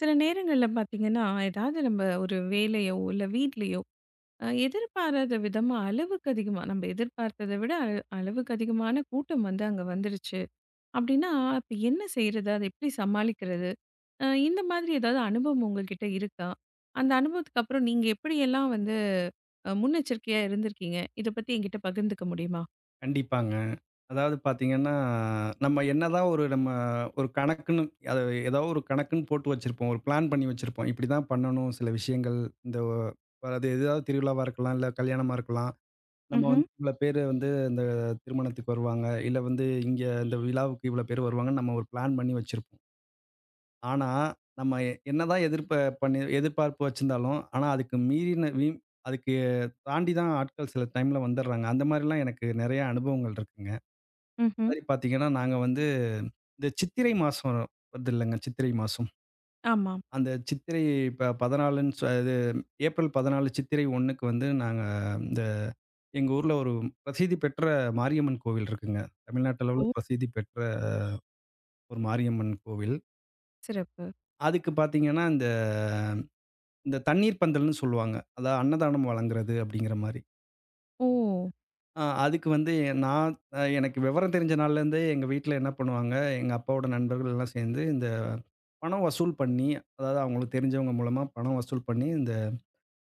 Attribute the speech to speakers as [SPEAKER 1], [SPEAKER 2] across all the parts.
[SPEAKER 1] சில நேரங்கள்ல பார்த்தீங்கன்னா, ஏதாவது நம்ம ஒரு வேலையோ, இல்ல வீட்லயோ எதிர்பாராத விதமா அளவுக்கு அதிகமா நம்ம எதிர்பார்த்தத விட அளவுக்கு அதிகமான கூட்டம் வந்து அங்க வந்துருச்சு. அப்டின்னா, அப்ப என்ன செய்றது? அத எப்டி சமாளிக்கிறது? இந்த மாதிரி ஏதாவது அனுபவம் உங்ககிட்ட இருக்கா? அந்த அனுபவத்துக்கு அப்புறம் நீங்க எப்படியெல்லாம் வந்து முன்னெச்சரிக்கையா இருந்திருக்கீங்க? இத பத்தி என்கிட்ட பகிர்ந்துக்க முடியுமா?
[SPEAKER 2] கண்டிப்பாங்க. அதாவது பார்த்தீங்கன்னா, நம்ம என்னதான் ஒரு நம்ம ஒரு கணக்குன்னு அத ஏதோ ஒரு கணக்குன்னு போட்டு வச்சிருப்போம். ஒரு பிளான் பண்ணி வச்சிருப்போம். இப்படிதான் பண்ணணும் சில விஷயங்கள். இந்த ஒ- அது ஏதாவது திருவிழாவா இருக்கலாம், இல்ல கல்யாணமா இருக்கலாம். நம்ம
[SPEAKER 1] ம்ஹ்ம்,
[SPEAKER 2] வந்து இவ்வளோ பேரு வந்து திருமணத்துக்கு வருவாங்க. இல்ல வந்து இங்க இந்த விழாவுக்கு இவ்வளோ பேர் வருவாங்கன்னு நம்ம ஒரு பிளான் பண்ணி வச்சிருப்போம். ஆனா, நம்ம என்னதான் எதிர்ப்ப பண்ணி எதிர்பார்ப்பு வச்சிருந்தாலும், ஆனா அதுக்கு மீறின வி அதுக்கு தாண்டி தான் ஆட்கள் சில டைம்ல வந்துடுறாங்க. அந்த மாரிலாம் எனக்கு நெறைய அனுபவங்கள் இருக்குங்க.
[SPEAKER 1] ம்ஹ்ம்.
[SPEAKER 2] மாதிரி பார்த்தீங்கன்னா, நாங்க வந்து இந்த சித்திரை மாசம் வருது இல்லங்க, சித்திரை மாசம்.
[SPEAKER 1] ஆமா.
[SPEAKER 2] அந்த சித்திரை ப 14ன்னு சொ இது ஏப்ரல் 14, சித்திரை 1க்கு வந்து நாங்க இந்த எங்க ஊர்ல ஒரு பிரசித்தி பெற்ற மாரியம்மன் கோவில் இருக்குங்க. தமிழ்நாட்டு அளவுல
[SPEAKER 1] ஓ!
[SPEAKER 2] பிரசித்தி பெற்ற ஒரு மாரியம்மன் கோவில்.
[SPEAKER 1] சிறப்பு.
[SPEAKER 2] அதுக்கு பார்த்தீங்கன்னா, இந்த இந்த தண்ணீர் பந்தல்ன்னு சொல்லுவாங்க. அதான் அன்னதானம் வழங்குறது அப்படிங்கிற மாரி.
[SPEAKER 1] ஓ!
[SPEAKER 2] அதுக்கு வந்து நான் எனக்கு விவரம் தெரிஞ்ச நாள்லேருந்தே எங்க வீட்ல என்ன பண்ணுவாங்க, எங்க அப்பாவோட நண்பர்கள் எல்லாம் சேர்ந்து இந்த பணம் வசூல் பண்ணி, அதாவது அவங்களுக்கு தெரிஞ்சவங்க மூலமா பணம் வசூல் பண்ணி, இந்த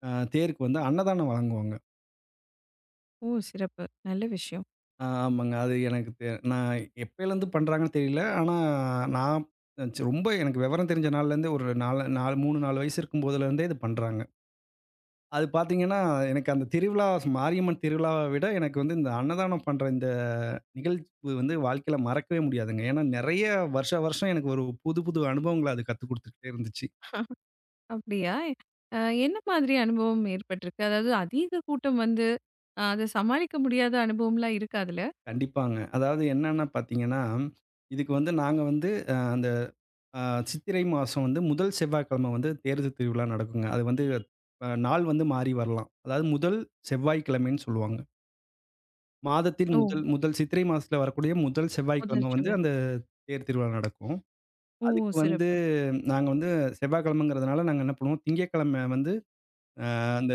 [SPEAKER 2] அ தேருக்கு வந்து அன்னதானம் வழங்குவாங்க.
[SPEAKER 1] ஓ! சிறப்பு. நல்ல விஷயம்.
[SPEAKER 2] ஆ ஆமாங்க. அது எனக்கு நான் எப்பயிலேருந்து பண்றாங்கன்னு தெரியல. ஆனா நான் ரொம்ப எனக்கு விவரம் தெரிஞ்ச நாள்லேருந்தே ஒரு நாலு நாலு 3, 4 வயசு இருக்கும்போதுலேருந்தே இது பண்றாங்க. அது பார்த்தீங்கன்னா, எனக்கு அந்த திருவிழா மாரியம்மன் திருவிழாவ விட எனக்கு வந்து இந்த அன்னதானம் பண்ற இந்த நிகழ்வு வந்து வாழ்க்கையில மறக்கவே முடியாதுங்க. ஏன்னா, நெறைய வருஷா வருஷம் எனக்கு ஒரு புது புது அனுபவங்கள அது கத்துக் குடுத்துக்கிட்டே இருந்துச்சு.
[SPEAKER 1] அப்படியா? அ என்ன மாதிரி அனுபவம் ஏற்பட்டிருக்கு? அதாவது அதீத கூட்டம் வந்து, அத சமாளிக்க முடியாத அனுபவம்லாம் இருக்கா அதுல?
[SPEAKER 2] கண்டிப்பாங்க. அதாவது என்னன்னா பார்த்தீங்கன்னா, இதுக்கு வந்து நாங்க வந்து அ அந்த அ சித்திரை மாசம் வந்து முதல் செவ்வாய்க்கிழமை வந்து தேர்து திருவிழா நடக்குங்க. அது வந்து நாள் வந்து மாறி வரலாம். அதாவது முதல் செவ்வாய்க்கிழமைன்னு சொல்லுவாங்க. மாதத்தின்
[SPEAKER 1] ஓ!
[SPEAKER 2] முதல் முதல் சித்திரை மாசத்தில வரக்கூடிய முதல் செவ்வாய்க்கிழமை
[SPEAKER 1] முதல்
[SPEAKER 2] வந்து
[SPEAKER 1] சுவர்.
[SPEAKER 2] அந்த தேர் திருவிழா நடக்கும்.
[SPEAKER 1] ஓ!
[SPEAKER 2] அதுக்கு வந்து
[SPEAKER 1] சிறப்பு.
[SPEAKER 2] நாங்க வந்து செவ்வாய்க்கிழமைங்கிறதுனால நாங்க என்ன பண்ணுவோம், திங்கட்கிழமை வந்து அ அந்த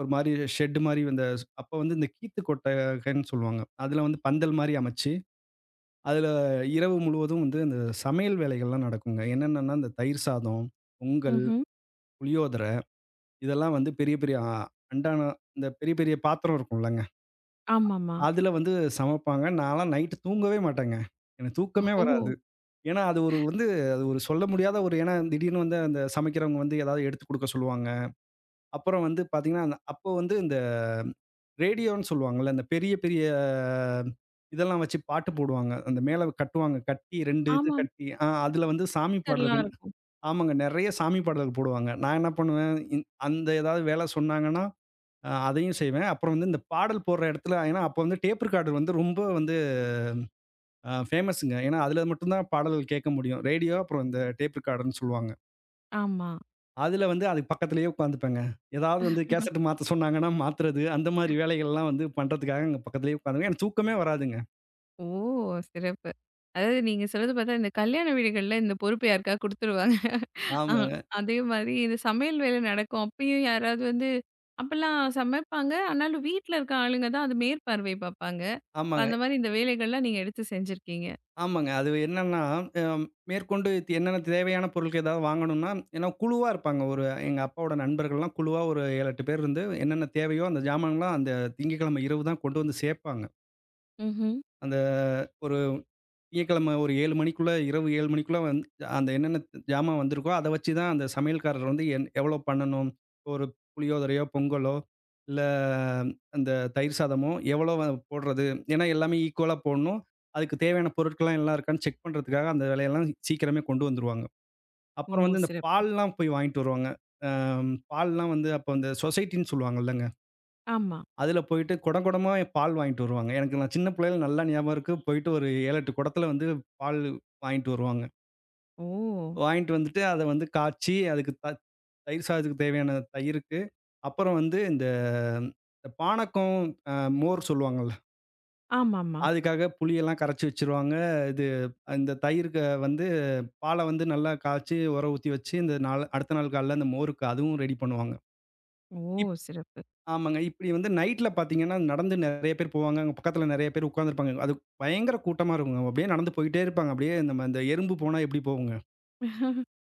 [SPEAKER 2] ஒரு மாரி ஷெட் மாரி அப்ப வந்து இந்த கீத்து கொட்டகைன்னு சொல்லுவாங்க. அதில வந்து பந்தல் மாரி அமைச்சு அதில இரவு முழுவதும் வந்து அந்த சமையல் வேலைகள்லாம் நடக்குங்க. என்னென்னன்னா, இந்த தயிர் சாதம், பொங்கல்,
[SPEAKER 1] ம்ஹ்ம்.
[SPEAKER 2] புளியோதரை இதெல்லாம் வந்து பெரிய பெரிய அண்டானம், இந்த பெரிய பெரிய பாத்திரம் இருக்கும்லங்க.
[SPEAKER 1] ஆமாமா.
[SPEAKER 2] அதில வந்து சமைப்பாங்க. நான்லாம் நைட்டு தூங்கவே மாட்டேங்க. எனக்கு தூக்கமே வராது.
[SPEAKER 1] ஓ!
[SPEAKER 2] ஏன்னா, அது ஒரு சொல்ல முடியாத ஒரு ஏன்னா திடீர்னு வந்து அந்த சமைக்கிறவங்க வந்து ஏதாவது எடுத்து குடுக்க சொல்லுவாங்க. அப்புறம் வந்து பார்த்தீங்கன்னா, அந்த அப்போ வந்து இந்த ரேடியோன்னு சொல்லுவாங்கல்ல. அந்த பெரிய பெரிய இதெல்லாம் வச்சு பாட்டு போடுவாங்க. அந்த மேல கட்டுவாங்க. கட்டி 2 இது
[SPEAKER 1] ஆமா.
[SPEAKER 2] கட்டி அதில வந்து சாமி
[SPEAKER 1] மீட்டர்லாம்
[SPEAKER 2] பாடல்கள்.
[SPEAKER 1] இருக்கும்.
[SPEAKER 2] ஆமாங்க. நெறைய சாமி பாடல்கள் போடுவாங்க. நான் என்ன பண்ணுவேன், அந்த ஏதாவது வேலை சொன்னாங்கன்னா, அதையும் செய்வேன். அப்புறம் வந்து இந்த பாடல் போடுற இடத்துல ஏன்னா அப்போ வந்து டேப் ரெக்கார்டர் வந்து ரொம்ப வந்து ஃபேமஸுங்க. ஏன்னா அதில மட்டும் தான் பாடல்கள் கேட்க முடியும். ரேடியோ அப்புறம் இந்த டேப் ரெக்கார்டர்ன்னு சொல்லுவாங்க.
[SPEAKER 1] ஆமா.
[SPEAKER 2] அதுல வந்து அதுக்கு பக்கத்திலேயே உட்காந்துப்பேங்க. ஏதாவது வந்து
[SPEAKER 1] ம்ஹும்.
[SPEAKER 2] கேசெட் மாத்த சொன்னாங்கன்னா மாத்துறது, அந்த மாரி வேலைகள்லாம் வந்து பண்றதுக்காக அங்க பக்கத்திலேயே உட்காந்துருவேன். எனக்கு தூக்கமே வராதுங்க.
[SPEAKER 1] ஓ! சிறப்பு. அதாவது நீங்க சொல்றது பார்த்தா, இந்த கல்யாண வீடுகள்ல இந்த பொறுப்பு யாருக்கா குடுத்துருவாங்க. ஆ,
[SPEAKER 2] ஆமாங்க,
[SPEAKER 1] அதே மாரி இது சமையல் வேலை நடக்கும். அப்பயும் யாராவது வந்து அப்பலாம் சமைப்பாங்க. ஆனாலும் வீட்ல இருக்க ஆளுங்க தான் அது மேற்பார்வை பார்ப்பாங்க. அப்ப
[SPEAKER 2] ஆமாங்க,
[SPEAKER 1] அந்த மாரி இந்த வேலைகள்லாம் நீங்க எடுத்து செஞ்சிருக்கீங்க.
[SPEAKER 2] ஆமாங்க. அது என்னன்னா, அம் மேற்கொண்டு என்னென்ன தேவையான பொருட்கள் ஏதாவது வாங்கணும்னா, ஏன்னா குழுவா இருப்பாங்க. எங்க அப்பாவோட நண்பர்கள்லாம் குழுவா ஒரு 7, 8 பேர் இருந்து என்னென்ன தேவையோ அந்த ஜாமான்லாம் அந்த திங்கட்கிழமை இரவு தான் கொண்டு வந்து சேர்ப்பாங்க.
[SPEAKER 1] ம்ஹ்ம்.
[SPEAKER 2] அந்த திங்கட்கிழமை ஒரு 7 மணிக்குள்ள, இரவு 7 மணிக்குள்ள வந்து அந்த என்னென்ன ஜாமான் வந்திருக்கோ, அத வச்சு தான் அந்த சமையல்காரர் வந்து எவ்வளோ பண்ணணும்? ஒரு புளியோதரையோ, பொங்கலோ, இல்ல அந்த தயிர் சாதமோ எவ்வளோ போடுறது? ஏன்னா எல்லாமே ஈக்குவலா போடணும். அதுக்கு தேவையான பொருட்கள்லாம் எல்லாம் இருக்கான்னு செக் பண்றதுக்காக அந்த வேலையெல்லாம் சீக்கிரமே கொண்டு வந்துருவாங்க.
[SPEAKER 1] ஓ!
[SPEAKER 2] அப்புறம் வந்து இந்த
[SPEAKER 1] சிறப்பு.
[SPEAKER 2] பால்லாம் போய் வாங்கிட்டு வருவாங்க. அ பால்லாம் வந்து அப்போ அந்த சொசைட்டின்னு சொல்லுவாங்கல்லங்க.
[SPEAKER 1] ஆமா.
[SPEAKER 2] அதில போயிட்டு குடம் குடமா பால் வாங்கிட்டு வருவாங்க. எனக்கு நான் சின்ன பிள்ளையில நல்லா ஞாபகம் இருக்கு. போயிட்டு ஒரு 7, 8 குடத்தில வந்து பால் வாங்கிட்டு வருவாங்க.
[SPEAKER 1] ஓ!
[SPEAKER 2] வாங்கிட்டு வந்துட்டு அத வந்து காய்ச்சி அதுக்கு தயிர் சாதத்துக்கு தேவையான தயிருக்கு, அப்புறம் வந்து இந்த பானகம், அ மோர் சொல்லுவாங்கல்ல.
[SPEAKER 1] ஆமாமா.
[SPEAKER 2] அதுக்காக புளியெல்லாம் கரைச்சு வச்சுருவாங்க. இது இந்த தயிருக்கு வந்து பால வந்து நல்லா காய்ச்சி, உர ஊத்தி வச்சு, இந்த நாள் அடுத்த நாள் காலைல அந்த மோருக்கு அதுவும் ரெடி பண்ணுவாங்க.
[SPEAKER 1] ஓ! சிறப்பு.
[SPEAKER 2] ஆமாங்க. இப்டி வந்து நைட்ல பார்த்தீங்கன்னா, நடந்து நெறைய பேர் போவாங்க. அங்க பக்கத்துல நெறைய பேர் உட்கார்ந்திருப்பாங்க. அது பயங்கர கூட்டமா இருக்குங்க. அப்டியே நடந்து போயிட்டே இருப்பாங்க. அப்டியே நம்ம அந்த எறும்பு போனா எப்டி போகுங்க?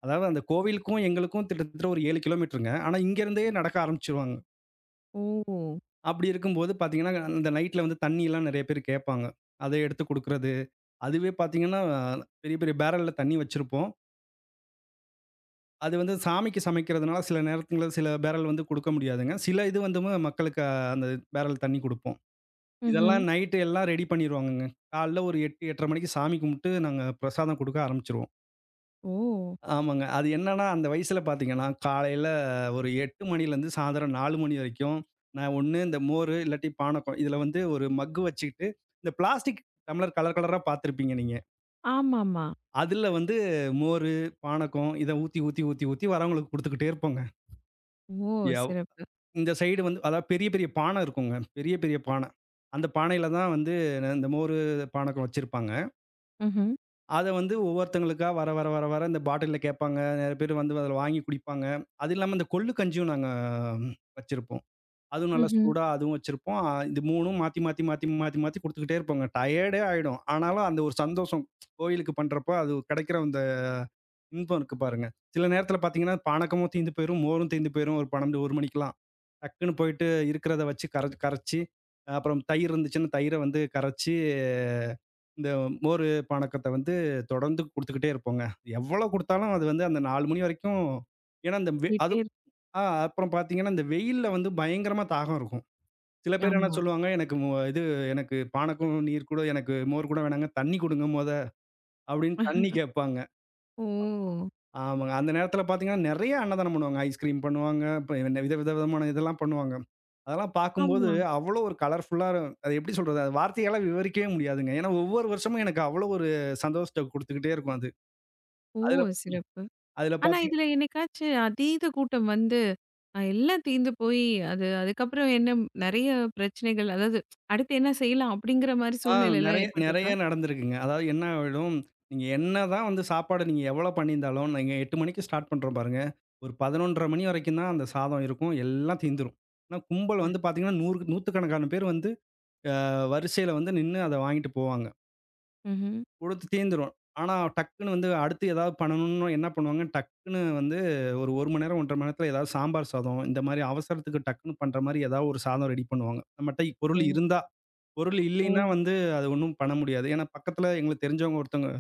[SPEAKER 2] அதாவது அந்த கோவிலுக்கும், எங்களுக்கும் கிட்டத்தட்ட ஒரு 7 கிலோமீட்டருங்க. ஆனா இங்கருந்தே நடக்க ஆரம்பிச்சுருவாங்க.
[SPEAKER 1] ஓ!
[SPEAKER 2] அப்டி இருக்கும்போது பார்த்தீங்கன்னா, அந்த நைட்ல வந்து தண்ணிலாம் நெறைய பேர் கேட்பாங்க. அத எடுத்து குடுக்குறது. அதுவே பார்த்தீங்கன்னா, பெரிய பெரிய பேரல்ல தண்ணி வச்சிருப்போம். அது வந்து சாமிக்கு சமைக்கிறதுனால சில நேரத்துல சில பேரல் வந்து குடுக்க முடியாதுங்க. சில இது வந்து மக்களுக்கு அந்த பேரல் தண்ணி குடுப்போம்.
[SPEAKER 1] ம்ஹ்ம்.
[SPEAKER 2] இதெல்லாம் நைட்டு எல்லாம் ரெடி பண்ணிருவாங்கங்க. காலைல ஒரு 8, 8:30 மணிக்கு சாமி கும்பிட்டு நாங்க பிரசாதம் குடுக்க ஆரம்பிச்சுருவோம்.
[SPEAKER 1] ஓ!
[SPEAKER 2] ஆமாங்க. அது என்னன்னா, அந்த வயசுல பார்த்தீங்கன்னா, காலையில ஒரு 8 மணிலேருந்து சாயந்தரம் 4 மணி வரைக்கும், நான் ஒண்ணு இந்த மோரு இல்லாட்டி பானகம் இதில வந்து ஒரு மக்கு வச்சுக்கிட்டு, இந்த பிளாஸ்டிக் டம்ளர் கலர் கலரா பார்த்துருப்பீங்க நீங்க.
[SPEAKER 1] ஆமாமா.
[SPEAKER 2] அதில வந்து மோரு, பானகம் இத ஊத்தி, ஊத்தி, ஊத்தி, ஊத்தி வரவங்களுக்கு குடுத்துக்கிட்டே இருப்போங்க.
[SPEAKER 1] ஓ!
[SPEAKER 2] எவ்
[SPEAKER 1] சிறப்பு.
[SPEAKER 2] இந்த சைடு வந்து அதாவது பெரிய பெரிய பானை இருக்குங்க. பெரிய பெரிய பானை. அந்த பானையில தான் வந்து இந்த மோரு, பானகம் வச்சிருப்பாங்க.
[SPEAKER 1] ம்ஹ்ம்.
[SPEAKER 2] அத வந்து ஒவ்வொருத்தவங்களுக்கா வர, வர, வர, வர இந்த பாட்டில்ல கேட்பாங்க. நெறைய பேர் வந்து அதில வாங்கி குடிப்பாங்க. அது இல்லாம இந்த கொள்ளு கஞ்சியும் நாங்க வச்சிருப்போம். அதுவும் நல்லா
[SPEAKER 1] ம்ஹ்ம்.
[SPEAKER 2] சூடா அதுவும் வச்சிருப்போம். இது 3ம் மாத்தி, மாத்தி, மாத்தி, மாத்தி, மாத்தி குடுத்துக்கிட்டே இருப்போங்க. டயர்டே ஆயிடும். ஆனாலும் அந்த ஒரு சந்தோஷம், கோயிலுக்கு பண்றப்போ அது கிடைக்கிற அந்த இன்பம் இருக்கு பாருங்க. சில நேரத்தில பார்த்தீங்கன்னா, பானகமும் தீர்ந்து போயிரும், மோரும் தீர்ந்து போயிரும் ஒரு 12:00, 1:00 மணிக்கெல்லாம். டக்குன்னு போயிட்டு இருக்கிறத வச்சு கரைச்சு, அப்புறம் தயிர் இருந்துச்சுன்னா, தயிர வந்து கரைச்சு இந்த மோரு, பானக்கத்த வந்து தொடர்ந்து குடுத்துக்கிட்டே இருப்போங்க. எவ்வளோ குடுத்தாலும் அது வந்து அந்த 4 மணி வரைக்கும் ஏன்னா அந்த வெ அது
[SPEAKER 1] போயிட்டே இருக்கு.
[SPEAKER 2] ஆ அப்புறம் பார்த்தீங்கன்னா, இந்த வெயில்ல வந்து பயங்கரமா தாகம் இருக்கும். சில பேர் என்ன
[SPEAKER 1] ஆமா.
[SPEAKER 2] சொல்லுவாங்க, "எனக்கு மு இது எனக்கு பானகம், நீர் கூட எனக்கு மோர் கூட வேணாங்க. தண்ணி குடுங்க மொத" அப்படின்னு தண்ணி கேட்பாங்க.
[SPEAKER 1] ஓ!
[SPEAKER 2] ஆமாங்க. அந்த நேரத்தில பார்த்தீங்கன்னா, நெறைய அன்னதானம் பண்ணுவாங்க. ஐஸ்கிரீம் பண்ணுவாங்க. இப்ப என்ன வித வித விதமான இதெல்லாம் பண்ணுவாங்க. அதெல்லாம் பார்க்கும்போது,
[SPEAKER 1] ஆமா.
[SPEAKER 2] அவ்வளோ ஒரு கலர்ஃபுல்லா அது எப்படி சொல்றது? அது வார்த்தையால விவரிக்கவே முடியாதுங்க. ஏன்னா, ஒவ்வொரு வருஷமும் எனக்கு அவ்வளோ ஒரு சந்தோஷத்த குடுத்துக்கிட்டே இருக்கும் அது.
[SPEAKER 1] ஓ!
[SPEAKER 2] அதுல
[SPEAKER 1] சிறப்பு.
[SPEAKER 2] அதுல
[SPEAKER 1] ஆனா,
[SPEAKER 2] பார்த்தீங்க
[SPEAKER 1] இதுல என்னைக்காச்சு அதீத கூட்டம் வந்து, எல்லாம் தீர்ந்து போயி, அது அதுக்கப்புறம் என்ன நெறைய பிரச்சனைகள், அதாவது அடுத்து என்ன செய்யலாம்? அப்படிங்கிற மாரி
[SPEAKER 2] ஆ
[SPEAKER 1] சூழ்நிலைலாம்
[SPEAKER 2] நெறைய நெறைய
[SPEAKER 1] ஏற்பட்டிருக்கா?
[SPEAKER 2] நடந்திருக்குங்க. அதாவது என்ன ஆயிடும், நீங்க என்னதான் வந்து சாப்பாடு நீங்க எவ்வளோ பண்ணியிருந்தாலும், நீங்க 8 மணிக்கு ஸ்டார்ட் பண்றோம் பாருங்க. ஒரு 11:30 மணி வரைக்கும் தான் அந்த சாதம் இருக்கும். எல்லாம் தீந்துரும். ஆனா, கும்பல்
[SPEAKER 1] அ.
[SPEAKER 2] வந்து பார்த்தீங்கன்னா, 100க்கணக்கான பேர் வந்து அ வரிசையில வந்து நின்னு அத வாங்கிட்டு போவாங்க.
[SPEAKER 1] ம்ஹ்ம்.
[SPEAKER 2] குடுத்து தீர்ந்துரும். ஆனா, டக்குன்னு வந்து அடுத்து ஏதாவது பண்ணணும்னு என்ன பண்ணுவாங்க, டக்குன்னு வந்து ஒரு 1 மணி நேரம், 1 1/2 மணி நேரத்தில ஏதாவது சாம்பார் சாதம், இந்த மாரி அவசரத்துக்கு டக்குன்னு பண்ற மாரி ஏதாவது ஒரு சாதம் ரெடி பண்ணுவாங்க. நம்மட்ட பொருள்
[SPEAKER 1] ஓ!
[SPEAKER 2] இருந்தா. பொருள்
[SPEAKER 1] ஓ!
[SPEAKER 2] இல்லைன்னா வந்து அது ஒண்ணும் பண்ண முடியாது. ஏன்னா, பக்கத்தில எங்களுக்கு தெரிஞ்சவங்க ஒருத்தவங்க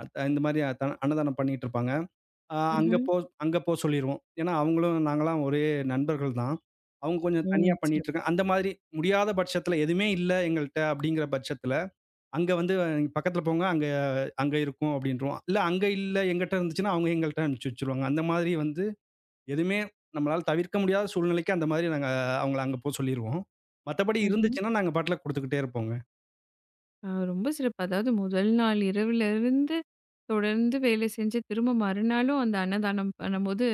[SPEAKER 2] இந்த மாரி அ த அன்னதானம் பண்ணிட்டு இருப்பாங்க. அ அங்க
[SPEAKER 1] ம்ஹ்ம்.
[SPEAKER 2] போ அங்க போ சொல்லிருவோம். ஏன்னா, அவங்களும் நாங்கலாம் ஒரே நண்பர்கள் தான். அவங்க கொஞ்சம்
[SPEAKER 1] ம்.
[SPEAKER 2] தனியா பண்ணிட்டு
[SPEAKER 1] சிறப்பு.
[SPEAKER 2] இருக்காங்க. அந்த மாதிரி முடியாத பட்சத்தில எதுவுமே இல்ல எங்கள்ட்ட அப்படிங்கிற பட்சத்தில அங்க வந்து பக்கத்துல போங்க. அங்க அங்க இருக்கும் அப்டின்ருவோம். இல்ல அங்க இல்ல என்கிட்ட இருந்துச்சுன்னா, அவங்க எங்கள்ட்ட அனுப்பிச்சு வச்சுருவாங்க. அந்த மாதிரி வந்து எதுவுமே நம்மளால தவிர்க்க முடியாத சூழ்நிலைக்கு அந்த மாதிரி நாங்க அவங்கள அங்க போ சொல்லிருவோம். மத்தபடி
[SPEAKER 1] ம்ஹ்ம்.
[SPEAKER 2] இருந்துச்சுன்னா, நாங்க பாட்டுல குடுத்துக்கிட்டே இருப்போங்க.
[SPEAKER 1] ரொம்ப சிறப்பு. அதாவது முதல் நாள் இரவிலிருந்து தொடர்ந்து வேலை செஞ்சு, திரும்ப மறுநாளும் அந்த அன்னதானம் பண்ணும்போது,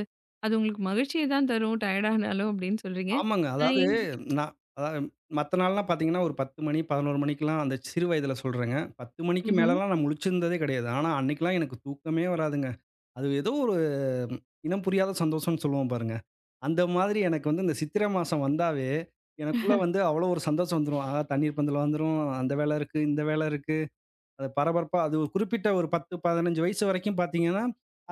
[SPEAKER 1] அது உங்களுக்கு மகிழ்ச்சிய தான் தரும், டயர்ட் ஆனாலும் அப்படின்னு சொல்றீங்க.
[SPEAKER 2] ஆமாங்க.
[SPEAKER 1] அ எங்
[SPEAKER 2] நான் அதாவது மத்த நாள்லாம் பார்த்தீங்கன்னா, ஒரு 10 மணி, 11 மணிக்கெல்லாம் அந்த சிறு வயதுல சொல்றேங்க. 10 மணிக்கு
[SPEAKER 1] ம்ஹ்ம்.
[SPEAKER 2] மேலலாம் நான் முழிச்சிருந்ததே கிடையாது. ஆனா, அன்னைக்கெல்லாம் எனக்கு தூக்கமே வராதுங்க. அது ஏதோ ஒரு இனம் புரியாத சந்தோஷம்னு சொல்லுவோம் பாருங்க. அந்த மாதிரி எனக்கு வந்து இந்த சித்திரை மாசம் வந்தாவே, எனக்குள்ள வந்து அவ்வளோ ஒரு சந்தோஷம் வந்துரும். ஆஹா! தண்ணீர் பந்தல் வந்துரும். அந்த வேல இருக்கு, இந்த வேல இருக்கு. அது பரபரப்பா அது ஒரு குறிப்பிட்ட ஒரு 10, 15 வயசு வரைக்கும் பார்த்தீங்கன்னா,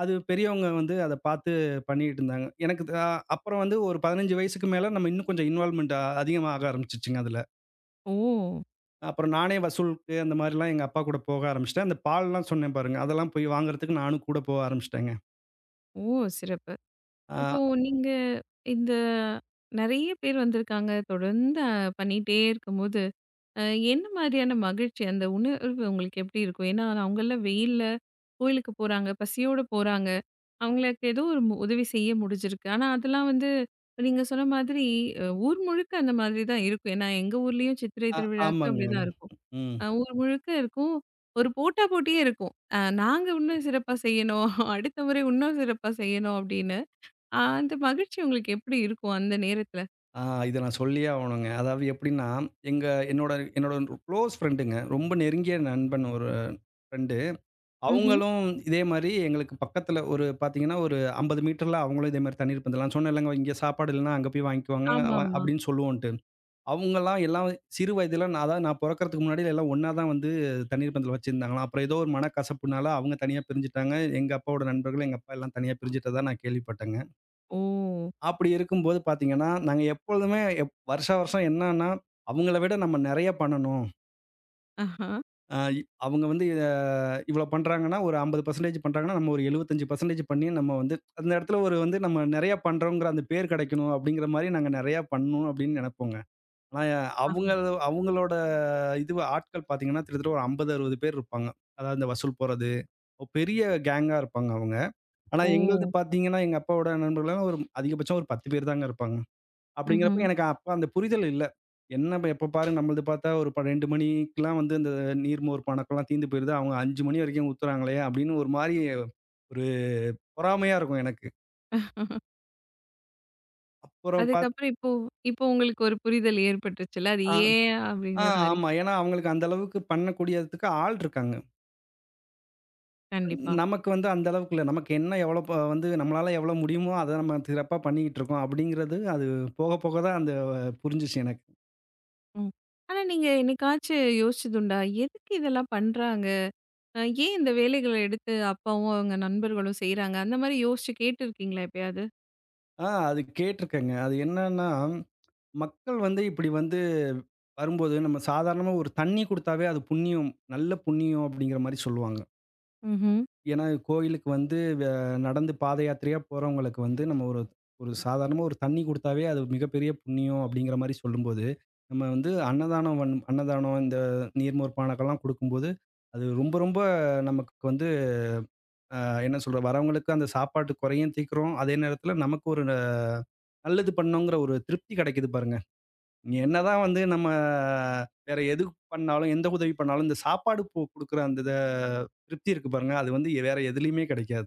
[SPEAKER 2] அது பெரியவங்க வந்து அத பார்த்து பண்ணிட்டு இருந்தாங்க. எனக்கு த அப்புறம் வந்து ஒரு 15 வயசுக்கு மேல நம்ம இன்னும் கொஞ்சம் இன்வால்வ்மென்ட் அதிகமா ஆக ஆரம்பிச்சுச்சுங்க அதுல.
[SPEAKER 1] ஓ!
[SPEAKER 2] அப்புறம் நானே வசூலுக்கு அந்த மாரிலாம் எங்க அப்பா கூட போக ஆரம்பிச்சுட்டேன். அந்த பால்லாம் சொன்னேன் பாருங்க, அதெல்லாம் போய் வாங்குறதுக்கு நானும் கூட போக ஆரம்பிச்சுட்டேங்க.
[SPEAKER 1] ஓ! சிறப்பு. இப்போ
[SPEAKER 2] ஆ,
[SPEAKER 1] நீங்க இந்த நெறைய பேர் வந்திருக்காங்க. தொடர்ந்து பண்ணிட்டே இருக்கும்போது, அ என்ன மாதிரியான மகிழ்ச்சி அந்த உணர்வு உங்களுக்கு எப்படி இருக்கும்? ஏன்னா, அவங்கலாம் வெயில்ல கோயிலுக்கு போறாங்க, பசியோட போறாங்க. அவங்களுக்கு ஏதோ ஒரு உதவி செய்ய முடிஞ்சிருக்கு. ஆனா, அதெல்லாம் வந்து நீங்க சொன்ன மாதிரி ஊர் முழுக்க அந்த மாதிரி தான் இருக்கும். ஏன்னா, எங்க ஊர்லயும் சித்திரை
[SPEAKER 2] ஆ
[SPEAKER 1] திருவிழாக்கு
[SPEAKER 2] ஆமாங்க.
[SPEAKER 1] அப்படிதான் இருக்கும்.
[SPEAKER 2] ம்.
[SPEAKER 1] ஊர் முழுக்க இருக்கும். ஒரு போட்டா போட்டியே இருக்கும். நாங்க இன்னும் சிறப்பா செய்யணும். அடுத்த முறை இன்னும் சிறப்பா செய்யணும் அப்படின்னு. ஆ அந்த மகிழ்ச்சி உங்களுக்கு எப்படி இருக்கும் அந்த நேரத்துல?
[SPEAKER 2] ஆ இத நான் சொல்லியே ஆவணுங்க. அதாவது எப்படின்னா, எங்க என்னோட என்னோட குளோஸ் ஃப்ரெண்டுங்க. ரொம்ப நெருங்கிய நண்பன் ஒரு ஃப்ரெண்டு.
[SPEAKER 1] ம்ஹ்ம்.
[SPEAKER 2] அவங்களும் இதே மாரி எங்களுக்கு பக்கத்துல ஒரு பார்த்தீங்கன்னா, ஒரு 50 மீட்டர்ல அவங்களும் இதே மாரி தண்ணீர் பந்தல் நான் சொன்னேன் இல்லங்க, இங்க சாப்பாடு இல்லன்னா அங்க போய் வாங்கிக்குவாங்க
[SPEAKER 1] ஆமாமா.
[SPEAKER 2] அப்படின்னு சொல்லுவோன்ட்டு. அவங்கலாம் எல்லாம் சிறு வயதில நான் அதாவது நான் பொறக்கறதுக்கு முன்னாடி எல்லாம் ஒண்ணா தான் வந்து தண்ணீர் பந்தல் வச்சிருந்தாங்களாம். அப்புறம் ஏதோ ஒரு மனக்கசப்புனால அவங்க தனியா பிரிஞ்சுட்டாங்க. எங்க அப்பாவோட நண்பர்கள், எங்க அப்பா எல்லாம் தனியா பிரிஞ்சுட்டதா நான் கேள்விப்பட்டேங்க.
[SPEAKER 1] ஓ!
[SPEAKER 2] அப்படி இருக்கும்போது பார்த்தீங்கன்னா, நாங்க எப்பொழுதுமே வருஷா வருஷம் என்னன்னா, அவங்கள விட நம்ம நெறைய பண்ணணும்.
[SPEAKER 1] ஆஹா.
[SPEAKER 2] அ இ அவங்க வந்து இவ்வளோ பண்றாங்கன்னா, ஒரு 50% பண்றாங்கன்னா, நம்ம ஒரு 75% பண்ணி நம்ம வந்து அந்த இடத்துல ஒரு வந்து நம்ம நெறைய பண்றோங்கிற அந்த பேர் கிடைக்கணும் அப்படிங்கிற மாரி நாங்க நெறையா பண்ணணும் அப்படின்னு நெனைப்போங்க. ஆனா
[SPEAKER 1] ஆமா.
[SPEAKER 2] அவங்க அவங்களோட இது ஆட்கள் பார்த்தீங்கன்னா, கிட்டத்தட்ட ஒரு 50, 60 பேர் இருப்பாங்க. அதாவது இந்த வசூல் போறது, ஒரு பெரிய கேங்கா இருப்பாங்க அவங்க. ஆனா
[SPEAKER 1] ஓ!
[SPEAKER 2] எங்களுது பார்த்தீங்கன்னா, எங்க அப்பாவோட நண்பர்கள்லாம் ஒரு அதிகபட்சம் ஒரு 10 பேர் தாங்க இருப்பாங்க. அப்படிங்கிறப்ப
[SPEAKER 1] ம்ஹ்ம்.
[SPEAKER 2] எனக்கு அப்ப அந்த புரிதல் இல்ல. என்ன ப எப்ப பாரு நம்மளது பார்த்தா ஒரு 2 மணிக்கெல்லாம் வந்து அந்த நீர்மோர் பானக்கம்லாம் தீர்ந்து போயிருது. அவங்க 5 மணி வரைக்கும் ஊத்துறாங்களே அப்படின்னு ஒரு மாரி ஒரு பொறாமையா இருக்கும் எனக்கு. அப்புறம் பாத்
[SPEAKER 1] அதுக்கப்புறம் இப்போ இப்போ உங்களுக்கு ஒரு புரிதல் ஏற்பட்டுருச்சுல்ல. அது
[SPEAKER 2] ஆ
[SPEAKER 1] ஏன்
[SPEAKER 2] ஆ
[SPEAKER 1] அப்படிங்கிற மாரி.
[SPEAKER 2] ஆமா. ஏன்னா அவங்களுக்கு அந்த அளவுக்கு பண்ணக்கூடியதுக்கு ஆள் இருக்காங்க.
[SPEAKER 1] கண்டிப்பா.
[SPEAKER 2] நமக்கு வந்து அந்த அளவுக்கு இல்ல. நமக்கு என்ன எவ்வளோ வந்து நம்மளால எவ்வளோ முடியுமோ அத நம்ம சிறப்பா பண்ணிக்கிட்டு இருக்கோம் அப்படிங்கிறது அது போக போக தான் அந்த புரிஞ்சுச்சு எனக்கு.
[SPEAKER 1] ம். ஆனா நீங்க என்னைக்காச்சு யோசிச்சதுண்டா? எதுக்கு இதெல்லாம் பண்றாங்க? ஏன் இந்த வேலைகள எடுத்து அப்பாவும், அவங்க நண்பர்களும் செய்றாங்க? அந்த மாரி யோசிச்சு கேட்டுருக்கீங்களா எப்பயாவது?
[SPEAKER 2] ஆ அது கேட்டுருக்கேங்க. அது என்னன்னா, மக்கள் வந்து இப்படி வந்து வரும்போது, நம்ம சாதாரணமா ஒரு தண்ணி குடுத்தாவே அது புண்ணியம், நல்ல புண்ணியம் அப்படிங்கிற மாரி சொல்லுவாங்க.
[SPEAKER 1] ம்ஹ்ம்.
[SPEAKER 2] ஏன்னா, கோயிலுக்கு வந்து வ நடந்து பாத யாத்திரையா போறவங்களுக்கு வந்து நம்ம ஒரு ஒரு சாதாரணமா ஒரு தண்ணி குடுத்தாவே அது மிகப்பெரிய புண்ணியம் அப்படிங்கிற மாரி சொல்லும்போது, நம்ம வந்து அன்னதானம் இந்த நீர்மோர் பானக்கெல்லாம் குடுக்கும்போது, அது ரொம்ப ரொம்ப நமக்கு வந்து அ என்ன சொல்றது? வரவங்களுக்கு அந்த சாப்பாட்டு குறையும் தீர்க்கிறோம். அதே நேரத்தில நமக்கு ஒரு நல்லது பண்ணோங்கிற ஒரு திருப்தி கிடைக்குது பாருங்க. நீங்க என்னதான் வந்து நம்ம வேற எது பண்ணாலும், எந்த உதவி பண்ணாலும், இந்த சாப்பாடு போ குடுக்குற அந்த இத திருப்தி இருக்கு பாருங்க. அது வந்து வேற எதுலயுமே கிடைக்காது.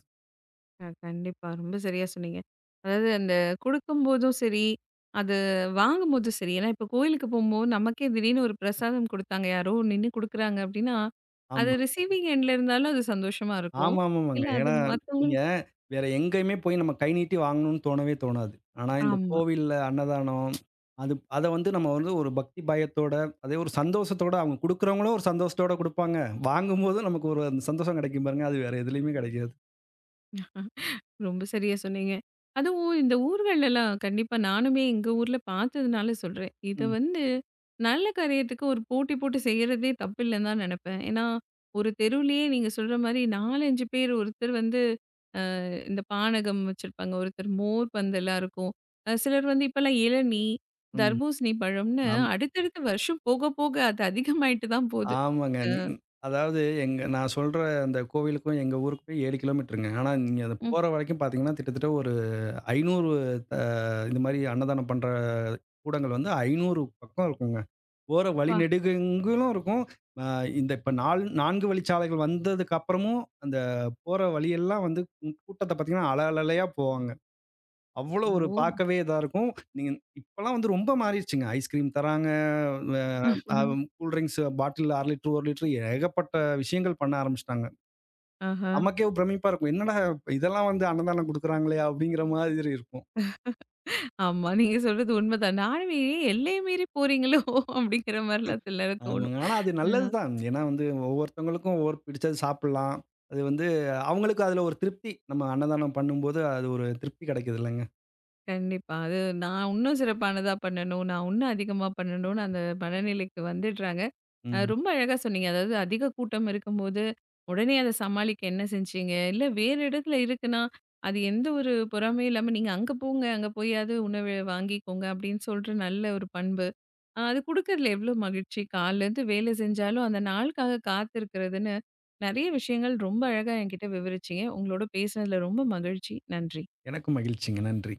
[SPEAKER 1] கண்டிப்பா. ரொம்ப சரியா சொன்னீங்க. அதாவது அந்த குடுக்கும்போதும் சரி, அது வாங்கும்போதும் சரி. ஏன்னா இப்போ கோயிலுக்கு போம்போது நமக்கே திடீர்னு ஒரு பிரசாதம் குடுத்தாங்க. யாரோ நின்னு குடுக்குறாங்க அப்டின்னா, அது
[SPEAKER 2] ஆமா.
[SPEAKER 1] ரிசீவிங் எண்ட்ல இருந்தாலும் அது சந்தோஷமா இருக்கும்.
[SPEAKER 2] ஆமாமாமாங்க.
[SPEAKER 1] இல்ல அது
[SPEAKER 2] ஏன்னா நீங்க
[SPEAKER 1] மத்தவங்களுக்கு
[SPEAKER 2] வேற எங்கேயுமே போய் நம்ம கை நீட்டி வாங்கணும்னு தோணவே தோணாது. ஆனா இந்த
[SPEAKER 1] ஆமா.
[SPEAKER 2] கோவில்ல அன்னதானம், அத வந்து நம்ம வந்து ஒரு பக்தி பயத்தோட, அதே ஒரு சந்தோஷத்தோட அவங்க குடுக்குறவங்களும் ஒரு சந்தோஷத்தோட குடுப்பாங்க. வாங்கும்போதும் நமக்கு ஒரு அந்த சந்தோஷம் கிடைக்கும் பாருங்க. அது வேற எதுலயுமே கிடைக்காது.
[SPEAKER 1] ரொம்ப சரியா சொன்னீங்க. அதுவும் இந்த ஊர்கள்லலாம் கண்டிப்பா நானுமே எங்க ஊர்ல பார்த்ததுனால சொல்றேன். இத
[SPEAKER 2] ம்.
[SPEAKER 1] வந்து நல்ல காரியத்துக்கு ஒரு போட்டி போட்டு செய்றதே தப்பில்லன்னு தான் நெனப்பேன். ஏன்னா, ஒரு தெருவுலயே நீங்க சொல்ற மாரி 4, 5 பேர் ஒருத்தர் வந்து இந்த பானகம் வச்சிருப்பாங்க. ஒருத்தர் மோர் பந்தெல்லாம் இருக்கும். சிலர் வந்து இப்பல்லாம் இளநீ,
[SPEAKER 2] ம்.
[SPEAKER 1] தர்பூசணி பழம்னு
[SPEAKER 2] ஆமா.
[SPEAKER 1] அடுத்தடுத்த வருஷம் போக போக அது அதிகமாயிட்டு தான் போது.
[SPEAKER 2] ஆமாங்க. அதாவது எங்க நான் சொல்ற அந்த கோவிலுக்கும், எங்க ஊருக்கும் 7 கிலோமீட்டருங்க. ஆனா, நீங்க அத
[SPEAKER 1] ம்.
[SPEAKER 2] போற வரைக்கும் பார்த்தீங்கன்னா, கிட்டத்தட்ட ஒரு 500 அ இந்த மாரி அன்னதானம் பண்ற கூடங்கள் வந்து 500 பக்கம் இருக்குங்க. போற வழி
[SPEAKER 1] ப்பா!
[SPEAKER 2] நெடுகெங்கிலும் இருக்கும். அ இந்த இப்ப 4 வழிச்சாலைகள் வந்ததுக்கு அப்புறமும், அந்த போற வழியெல்லாம் வந்து கூட்டத்த பார்த்தீங்கன்னா, அல அலையா போவாங்க. அவ்வளோ ஒரு
[SPEAKER 1] ஓ!
[SPEAKER 2] பார்க்கவே இதா இருக்கும். நீங்க இப்பலாம் வந்து ரொம்ப மாறிருச்சுங்க. ஐஸ்கிரீம் தராங்க. அ அ கூல் ட்ரிங்க்ஸ் பாட்டில்ல 1/2 லிட்டர், 1 லிட்டர் ஏகப்பட்ட விஷயங்கள் பண்ண ஆரம்பிச்சுட்டாங்க.
[SPEAKER 1] ஆஹா.
[SPEAKER 2] நமக்கே பிரமிப்பா இருக்கும். என்னடா இதெல்லாம் வந்து அன்னதானம் குடுக்குறாங்களே! அப்படிங்கிற மாதிரி இருக்கும்.
[SPEAKER 1] ஆமா. நீங்க சொல்றது உண்மதான். நானுமே எல்லைய மீறி போறீங்களோ! அப்படிங்கிற மாரிலாம் சிலர
[SPEAKER 2] ஆமாங்க.
[SPEAKER 1] தோணும்.
[SPEAKER 2] ஆனா அது நல்லது
[SPEAKER 1] ம்.
[SPEAKER 2] தான். ஏன்னா வந்து ஒவ்வொருத்தவங்களுக்கும் ஒவ்வொரு பிடிச்சது சாப்பிடலாம். அது வந்து அவங்களுக்கு அதுல ஒரு திருப்தி. நம்ம அன்னதானம் பண்ணும்போது அது ஒரு திருப்தி கிடைக்குது இல்லங்க.
[SPEAKER 1] கண்டிப்பா. அது நான் உன்னும் சிறப்பானதா பண்ணணும். நான் உன்னும் அதிகமா பண்ணணும்னு அந்த மனநிலைக்கு வந்துடுறாங்க.
[SPEAKER 2] ம்.
[SPEAKER 1] ரொம்ப அழகா சொன்னீங்க. அதாவது அதிக கூட்டம் இருக்கும்போது, உடனே அத சமாளிக்க என்ன செஞ்சீங்க? இல்ல வேறு இடத்துல இருக்குன்னா, அது எந்த ஒரு பொறாமையும் இல்லாம, "நீங்க அங்க போங்க. அங்க போயாவது உணவு வாங்கிக்கோங்க." அப்படின்னு சொல்ற நல்ல ஒரு பண்பு. அது குடுக்கறதுல எவ்ளோ மகிழ்ச்சி. காலைலேருந்து வேலை செஞ்சாலும், அந்த நாளுக்காக காத்திருக்கிறதுன்னு, நெறைய விஷயங்கள் ரொம்ப அழகா என்கிட்ட விவரிச்சீங்க. உங்களோட பேசுனதுல ரொம்ப மகிழ்ச்சி. நன்றி.
[SPEAKER 2] எனக்கும் மகிழ்ச்சிங்க. நன்றி.